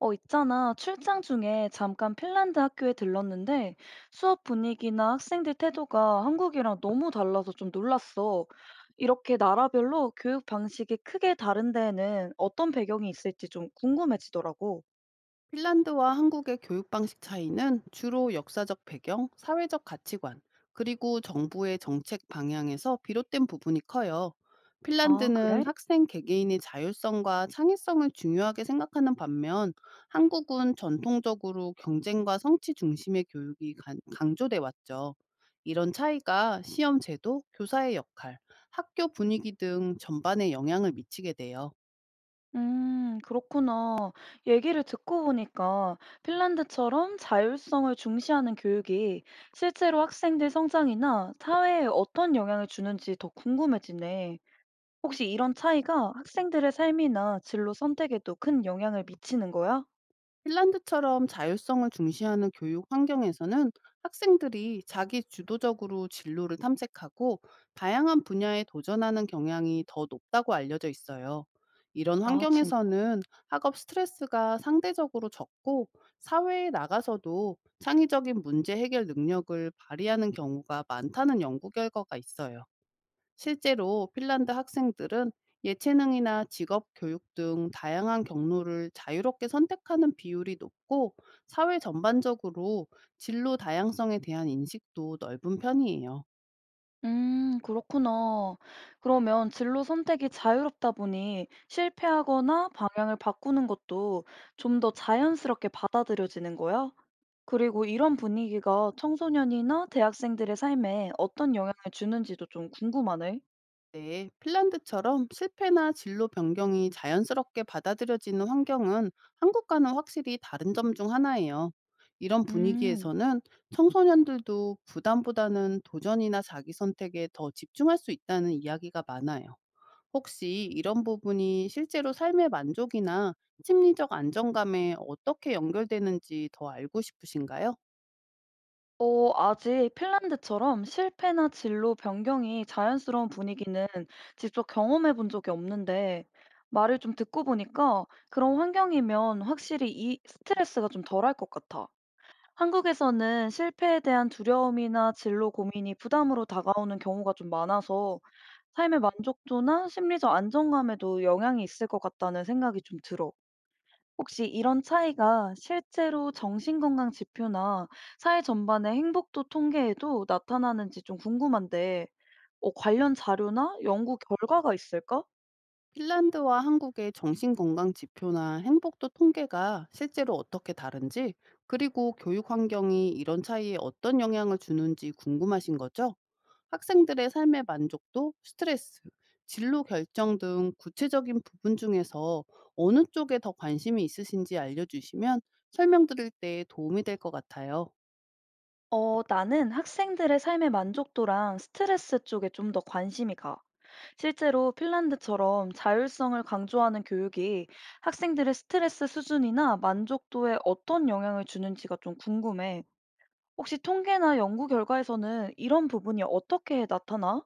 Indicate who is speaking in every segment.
Speaker 1: 있잖아. 출장 중에 잠깐 핀란드 학교에 들렀는데 수업 분위기나 학생들 태도가 한국이랑 너무 달라서 좀 놀랐어. 이렇게 나라별로 교육 방식이 크게 다른 데에는 어떤 배경이 있을지 좀 궁금해지더라고.
Speaker 2: 핀란드와 한국의 교육 방식 차이는 주로 역사적 배경, 사회적 가치관, 그리고 정부의 정책 방향에서 비롯된 부분이 커요.
Speaker 1: 아,
Speaker 2: 핀란드는
Speaker 1: 그래?
Speaker 2: 학생 개개인의 자율성과 창의성을 중요하게 생각하는 반면 한국은 전통적으로 경쟁과 성취 중심의 교육이 강조돼 왔죠. 이런 차이가 시험 제도, 교사의 역할, 학교 분위기 등 전반에 영향을 미치게 돼요.
Speaker 1: 그렇구나. 얘기를 듣고 보니까 핀란드처럼 자율성을 중시하는 교육이 실제로 학생들 성장이나 사회에 어떤 영향을 주는지 더 궁금해지네. 혹시 이런 차이가 학생들의 삶이나 진로 선택에도 큰 영향을 미치는 거야?
Speaker 2: 핀란드처럼 자율성을 중시하는 교육 환경에서는 학생들이 자기 주도적으로 진로를 탐색하고 다양한 분야에 도전하는 경향이 더 높다고 알려져 있어요. 이런
Speaker 1: 아, 진
Speaker 2: 환경에서는 학업 스트레스가 상대적으로 적고 사회에 나가서도 창의적인 문제 해결 능력을 발휘하는 경우가 많다는 연구 결과가 있어요. 실제로 핀란드 학생들은 예체능이나 직업 교육 등 다양한 경로를 자유롭게 선택하는 비율이 높고 사회 전반적으로 진로 다양성에 대한 인식도 넓은 편이에요.
Speaker 1: 그렇구나. 그러면 진로 선택이 자유롭다 보니 실패하거나 방향을 바꾸는 것도 좀 더 자연스럽게 받아들여지는 거야? 그리고 이런 분위기가 청소년이나 대학생들의 삶에 어떤 영향을 주는지도 좀 궁금하네.
Speaker 2: 네, 핀란드처럼 실패나 진로 변경이 자연스럽게 받아들여지는 환경은 한국과는 확실히 다른 점 중 하나예요. 이런
Speaker 1: 음.
Speaker 2: 분위기에서는 청소년들도 부담보다는 도전이나 자기 선택에 더 집중할 수 있다는 이야기가 많아요. 혹시 이런 부분이 실제로 삶의 만족이나 심리적 안정감에 어떻게 연결되는지 더 알고 싶으신가요?
Speaker 1: 아직 핀란드처럼 실패나 진로 변경이 자연스러운 분위기는 직접 경험해 본 적이 없는데, 말을 좀 듣고 보니까 그런 환경이면 확실히 이 스트레스가 좀 덜할 것 같아. 한국에서는 실패에 대한 두려움이나 진로 고민이 부담으로 다가오는 경우가 좀 많아서 삶의 만족도나 심리적 안정감에도 영향이 있을 것 같다는 생각이 좀 들어. 혹시 이런 차이가 실제로 정신건강 지표나 사회 전반의 행복도 통계에도 나타나는지 좀 궁금한데, 관련 자료나 연구 결과가 있을까?
Speaker 2: 핀란드와 한국의 정신건강 지표나 행복도 통계가 실제로 어떻게 다른지, 그리고 교육 환경이 이런 차이에 어떤 영향을 주는지 궁금하신 거죠? 학생들의 삶의 만족도, 스트레스, 진로 결정 등 구체적인 부분 중에서 어느 쪽에 더 관심이 있으신지 알려주시면 설명드릴 때 도움이 될 것 같아요.
Speaker 1: 나는 학생들의 삶의 만족도랑 스트레스 쪽에 좀 더 관심이 가. 실제로 핀란드처럼 자율성을 강조하는 교육이 학생들의 스트레스 수준이나 만족도에 어떤 영향을 주는지가 좀 궁금해. 혹시 통계나 연구 결과에서는 이런 부분이 어떻게 나타나?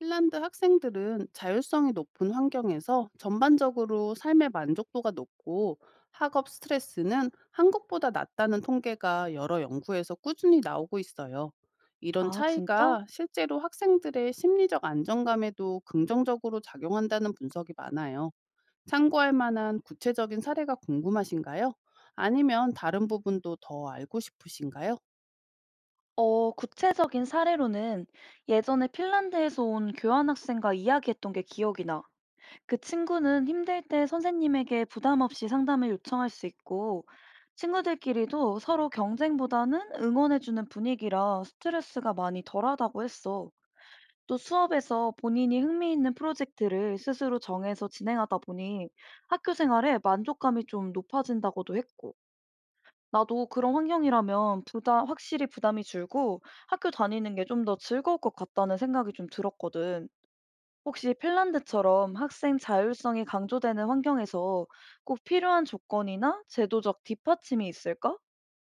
Speaker 2: 핀란드 학생들은 자율성이 높은 환경에서 전반적으로 삶의 만족도가 높고 학업 스트레스는 한국보다 낮다는 통계가 여러 연구에서 꾸준히 나오고 있어요. 이런
Speaker 1: 아, 진짜?
Speaker 2: 차이가 실제로 학생들의 심리적 안정감에도 긍정적으로 작용한다는 분석이 많아요. 참고할 만한 구체적인 사례가 궁금하신가요? 아니면 다른 부분도 더 알고 싶으신가요?
Speaker 1: 구체적인 사례로는 예전에 핀란드에서 온 교환학생과 이야기했던 게 기억이 나. 그 친구는 힘들 때 선생님에게 부담 없이 상담을 요청할 수 있고, 친구들끼리도 서로 경쟁보다는 응원해주는 분위기라 스트레스가 많이 덜하다고 했어. 또 수업에서 본인이 흥미있는 프로젝트를 스스로 정해서 진행하다 보니 학교 생활에 만족감이 좀 높아진다고도 했고. 나도 그런 환경이라면 부담, 확실히 부담이 줄고 학교 다니는 게 좀 더 즐거울 것 같다는 생각이 좀 들었거든. 혹시 핀란드처럼 학생 자율성이 강조되는 환경에서 꼭 필요한 조건이나 제도적 뒷받침이 있을까?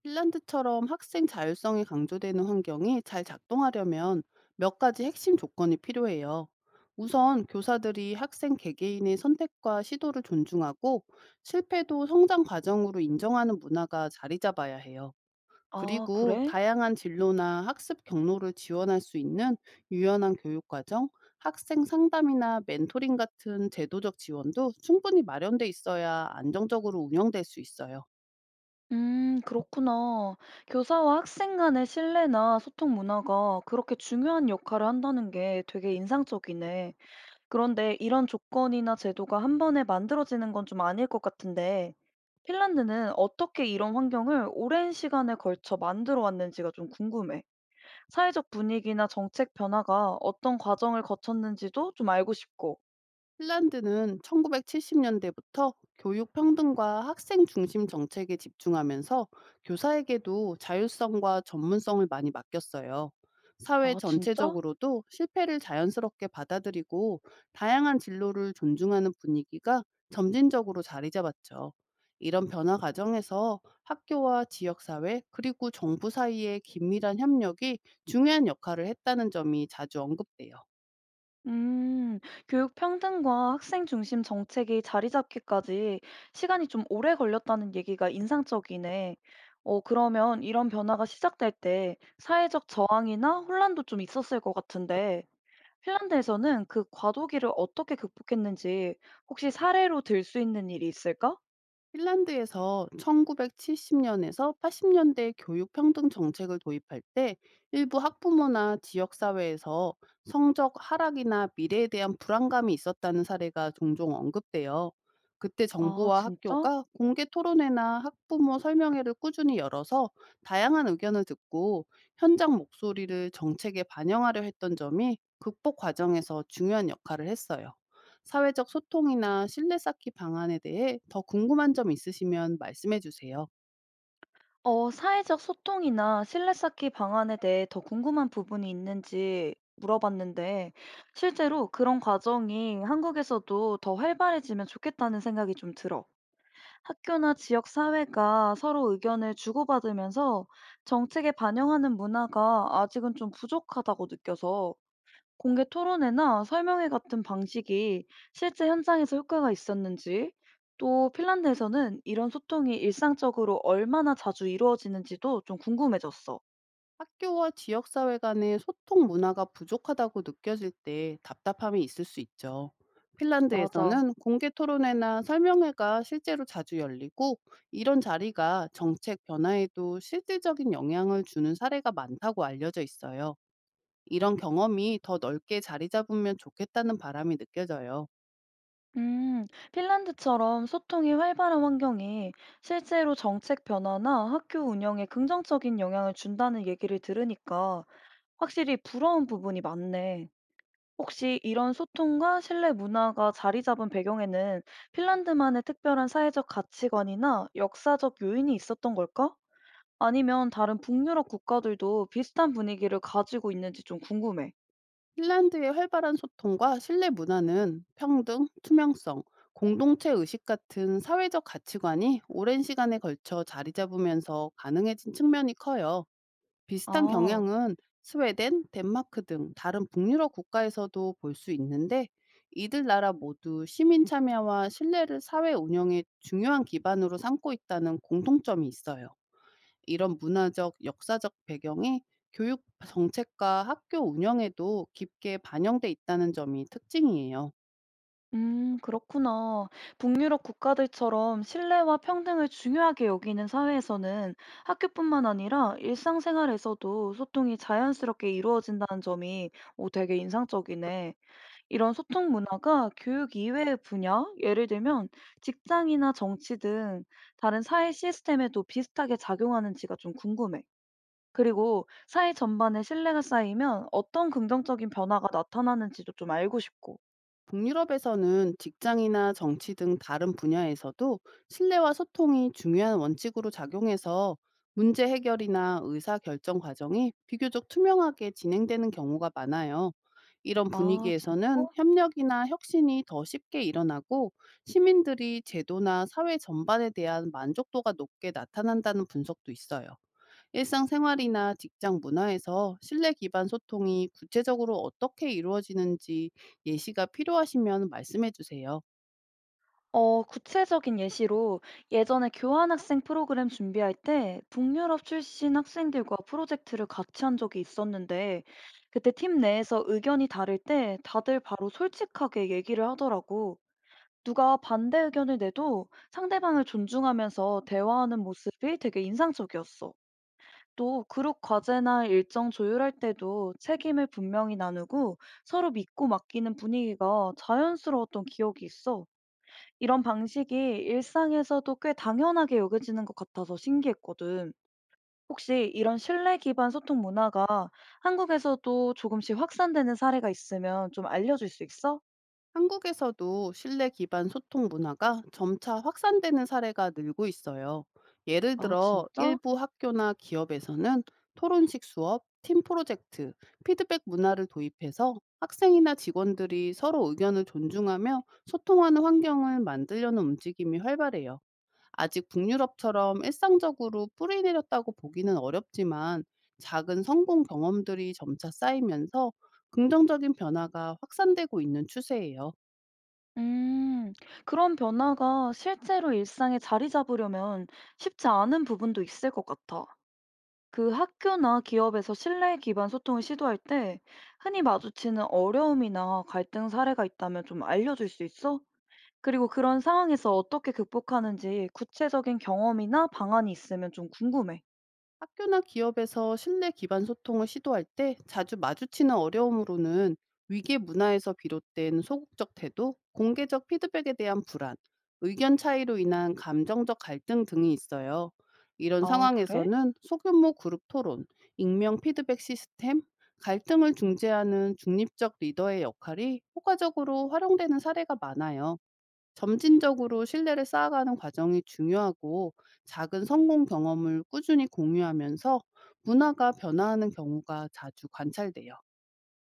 Speaker 2: 핀란드처럼 학생 자율성이 강조되는 환경이 잘 작동하려면 몇 가지 핵심 조건이 필요해요. 우선 교사들이 학생 개개인의 선택과 시도를 존중하고 실패도 성장 과정으로 인정하는 문화가 자리 잡아야 해요.
Speaker 1: 아,
Speaker 2: 그리고
Speaker 1: 그래?
Speaker 2: 다양한 진로나 학습 경로를 지원할 수 있는 유연한 교육과정, 학생 상담이나 멘토링 같은 제도적 지원도 충분히 마련돼 있어야 안정적으로 운영될 수 있어요.
Speaker 1: 그렇구나. 교사와 학생 간의 신뢰나 소통 문화가 그렇게 중요한 역할을 한다는 게 되게 인상적이네. 그런데 이런 조건이나 제도가 한 번에 만들어지는 건 좀 아닐 것 같은데, 핀란드는 어떻게 이런 환경을 오랜 시간에 걸쳐 만들어 왔는지가 좀 궁금해. 사회적 분위기나 정책 변화가 어떤 과정을 거쳤는지도 좀 알고 싶고.
Speaker 2: 핀란드는 1970년대부터 교육 평등과 학생 중심 정책에 집중하면서 교사에게도 자율성과 전문성을 많이 맡겼어요. 사회
Speaker 1: 아, 진짜?
Speaker 2: 전체적으로도 실패를 자연스럽게 받아들이고 다양한 진로를 존중하는 분위기가 점진적으로 자리 잡았죠. 이런 변화 과정에서 학교와 지역사회 그리고 정부 사이의 긴밀한 협력이 중요한 역할을 했다는 점이 자주 언급돼요.
Speaker 1: 음, 교육 평등과 학생 중심 정책이 자리 잡기까지 시간이 좀 오래 걸렸다는 얘기가 인상적이네. 그러면 이런 변화가 시작될 때 사회적 저항이나 혼란도 좀 있었을 것 같은데 핀란드에서는 그 과도기를 어떻게 극복했는지 혹시 사례로 들 수 있는 일이 있을까?
Speaker 2: 핀란드에서 1970년에서 80년대 교육 평등 정책을 도입할 때 일부 학부모나 지역 사회에서 성적 하락이나 미래에 대한 불안감이 있었다는 사례가 종종 언급돼요. 그때
Speaker 1: 아,
Speaker 2: 정부와
Speaker 1: 진짜?
Speaker 2: 학교가 공개 토론회나 학부모 설명회를 꾸준히 열어서 다양한 의견을 듣고 현장 목소리를 정책에 반영하려 했던 점이 극복 과정에서 중요한 역할을 했어요. 사회적 소통이나 신뢰 쌓기 방안에 대해 더 궁금한 점 있으시면 말씀해 주세요.
Speaker 1: 사회적 소통이나 신뢰 쌓기 방안에 대해 더 궁금한 부분이 있는지 물어봤는데, 실제로 그런 과정이 한국에서도 더 활발해지면 좋겠다는 생각이 좀 들어. 학교나 지역 사회가 서로 의견을 주고받으면서 정책에 반영하는 문화가 아직은 좀 부족하다고 느껴서 공개 토론회나 설명회 같은 방식이 실제 현장에서 효과가 있었는지, 또 핀란드에서는 이런 소통이 일상적으로 얼마나 자주 이루어지는지도 좀 궁금해졌어.
Speaker 2: 학교와 지역사회 간의 소통 문화가 부족하다고 느껴질 때 답답함이 있을 수 있죠.
Speaker 1: 맞아.
Speaker 2: 핀란드에서는 공개 토론회나 설명회가 실제로 자주 열리고 이런 자리가 정책 변화에도 실질적인 영향을 주는 사례가 많다고 알려져 있어요. 이런 경험이 더 넓게 자리 잡으면 좋겠다는 바람이 느껴져요.
Speaker 1: 음, 핀란드처럼 소통이 활발한 환경이 실제로 정책 변화나 학교 운영에 긍정적인 영향을 준다는 얘기를 들으니까 확실히 부러운 부분이 많네. 혹시 이런 소통과 신뢰 문화가 자리 잡은 배경에는 핀란드만의 특별한 사회적 가치관이나 역사적 요인이 있었던 걸까? 아니면 다른 북유럽 국가들도 비슷한 분위기를 가지고 있는지 좀 궁금해.
Speaker 2: 핀란드의 활발한 소통과 신뢰 문화는 평등, 투명성, 공동체 의식 같은 사회적 가치관이 오랜 시간에 걸쳐 자리 잡으면서 가능해진 측면이 커요. 비슷한
Speaker 1: 아,
Speaker 2: 경향은 스웨덴, 덴마크 등 다른 북유럽 국가에서도 볼 수 있는데 이들 나라 모두 시민 참여와 신뢰를 사회 운영의 중요한 기반으로 삼고 있다는 공통점이 있어요. 이런 문화적, 역사적 배경이 교육 정책과 학교 운영에도 깊게 반영돼 있다는 점이 특징이에요.
Speaker 1: 그렇구나. 북유럽 국가들처럼 신뢰와 평등을 중요하게 여기는 사회에서는 학교뿐만 아니라 일상생활에서도 소통이 자연스럽게 이루어진다는 점이 오, 되게 인상적이네. 이런 소통 문화가 교육 이외의 분야, 예를 들면 직장이나 정치 등 다른 사회 시스템에도 비슷하게 작용하는지가 좀 궁금해. 그리고 사회 전반에 신뢰가 쌓이면 어떤 긍정적인 변화가 나타나는지도 좀 알고 싶고.
Speaker 2: 북유럽에서는 직장이나 정치 등 다른 분야에서도 신뢰와 소통이 중요한 원칙으로 작용해서 문제 해결이나 의사 결정 과정이 비교적 투명하게 진행되는 경우가 많아요. 이런
Speaker 1: 아, 진짜?
Speaker 2: 분위기에서는 협력이나 혁신이 더 쉽게 일어나고 시민들이 제도나 사회 전반에 대한 만족도가 높게 나타난다는 분석도 있어요. 일상생활이나 직장 문화에서 신뢰 기반 소통이 구체적으로 어떻게 이루어지는지 예시가 필요하시면 말씀해 주세요.
Speaker 1: 구체적인 예시로 예전에 교환학생 프로그램 준비할 때 북유럽 출신 학생들과 프로젝트를 같이 한 적이 있었는데 그때 팀 내에서 의견이 다를 때 다들 바로 솔직하게 얘기를 하더라고. 누가 반대 의견을 내도 상대방을 존중하면서 대화하는 모습이 되게 인상적이었어. 또 그룹 과제나 일정 조율할 때도 책임을 분명히 나누고 서로 믿고 맡기는 분위기가 자연스러웠던 기억이 있어. 이런 방식이 일상에서도 꽤 당연하게 여겨지는 것 같아서 신기했거든. 혹시 이런 신뢰 기반 소통 문화가 한국에서도 조금씩 확산되는 사례가 있으면 좀 알려줄 수 있어?
Speaker 2: 한국에서도 신뢰 기반 소통 문화가 점차 확산되는 사례가 늘고 있어요. 예를
Speaker 1: 아,
Speaker 2: 들어
Speaker 1: 진짜?
Speaker 2: 일부 학교나 기업에서는 토론식 수업, 팀 프로젝트, 피드백 문화를 도입해서 학생이나 직원들이 서로 의견을 존중하며 소통하는 환경을 만들려는 움직임이 활발해요. 아직 북유럽처럼 일상적으로 뿌리 내렸다고 보기는 어렵지만 작은 성공 경험들이 점차 쌓이면서 긍정적인 변화가 확산되고 있는 추세예요.
Speaker 1: 음, 그런 변화가 실제로 일상에 자리 잡으려면 쉽지 않은 부분도 있을 것 같아. 그 학교나 기업에서 신뢰 기반 소통을 시도할 때 흔히 마주치는 어려움이나 갈등 사례가 있다면 좀 알려줄 수 있어? 그리고 그런 상황에서 어떻게 극복하는지 구체적인 경험이나 방안이 있으면 좀 궁금해.
Speaker 2: 학교나 기업에서 신뢰 기반 소통을 시도할 때 자주 마주치는 어려움으로는 위계 문화에서 비롯된 소극적 태도, 공개적 피드백에 대한 불안, 의견 차이로 인한 감정적 갈등 등이 있어요. 이런
Speaker 1: 아, 그래?
Speaker 2: 상황에서는 소규모 그룹 토론, 익명 피드백 시스템, 갈등을 중재하는 중립적 리더의 역할이 효과적으로 활용되는 사례가 많아요. 점진적으로 신뢰를 쌓아가는 과정이 중요하고 작은 성공 경험을 꾸준히 공유하면서 문화가 변화하는 경우가 자주 관찰돼요.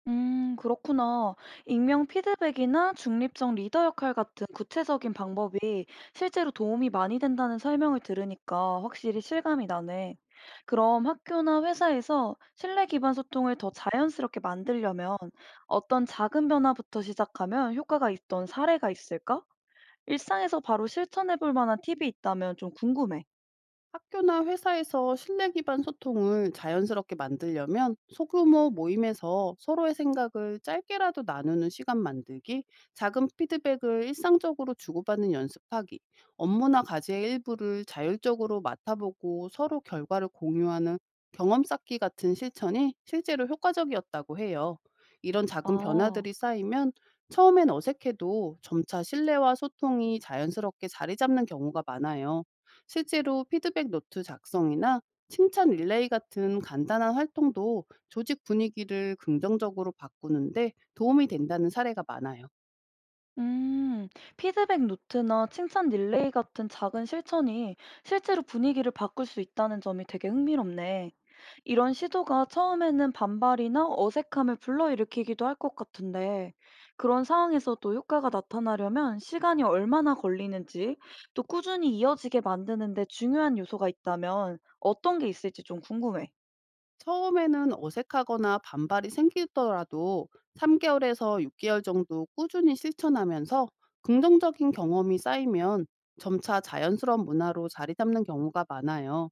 Speaker 1: 그렇구나. 익명 피드백이나 중립적 리더 역할 같은 구체적인 방법이 실제로 도움이 많이 된다는 설명을 들으니까 확실히 실감이 나네. 그럼 학교나 회사에서 신뢰 기반 소통을 더 자연스럽게 만들려면 어떤 작은 변화부터 시작하면 효과가 있던 사례가 있을까? 일상에서 바로 실천해 볼 만한 팁이 있다면 좀 궁금해.
Speaker 2: 학교나 회사에서 신뢰 기반 소통을 자연스럽게 만들려면 소규모 모임에서 서로의 생각을 짧게라도 나누는 시간 만들기, 작은 피드백을 일상적으로 주고받는 연습하기, 업무나 과제의 일부를 자율적으로 맡아보고 서로 결과를 공유하는 경험 쌓기 같은 실천이 실제로 효과적이었다고 해요. 이런 작은
Speaker 1: 아.
Speaker 2: 변화들이 쌓이면 처음엔 어색해도 점차 신뢰와 소통이 자연스럽게 자리 잡는 경우가 많아요. 실제로 피드백 노트 작성이나 칭찬 릴레이 같은 간단한 활동도 조직 분위기를 긍정적으로 바꾸는데 도움이 된다는 사례가 많아요.
Speaker 1: 음, 피드백 노트나 칭찬 릴레이 같은 작은 실천이 실제로 분위기를 바꿀 수 있다는 점이 되게 흥미롭네. 이런 시도가 처음에는 반발이나 어색함을 불러일으키기도 할 것 같은데, 그런 상황에서도 효과가 나타나려면 시간이 얼마나 걸리는지, 또 꾸준히 이어지게 만드는데 중요한 요소가 있다면 어떤 게 있을지 좀 궁금해.
Speaker 2: 처음에는 어색하거나 반발이 생기더라도 3개월에서 6개월 정도 꾸준히 실천하면서 긍정적인 경험이 쌓이면 점차 자연스러운 문화로 자리 잡는 경우가 많아요.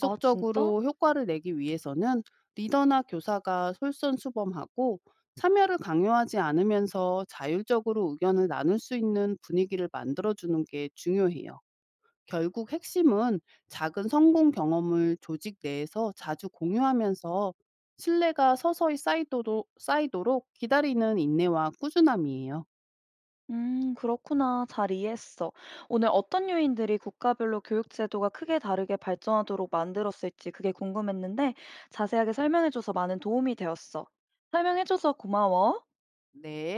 Speaker 1: 아, 진짜?
Speaker 2: 효과를 내기 위해서는 리더나 교사가 솔선수범하고 참여를 강요하지 않으면서 자율적으로 의견을 나눌 수 있는 분위기를 만들어주는 게 중요해요. 결국 핵심은 작은 성공 경험을 조직 내에서 자주 공유하면서 신뢰가 서서히 쌓이도록, 쌓이도록 기다리는 인내와 꾸준함이에요.
Speaker 1: 그렇구나. 잘 이해했어. 오늘 어떤 요인들이 국가별로 교육제도가 크게 다르게 발전하도록 만들었을지 그게 궁금했는데 자세하게 설명해줘서 많은 도움이 되었어. 설명해줘서 고마워.
Speaker 2: 네.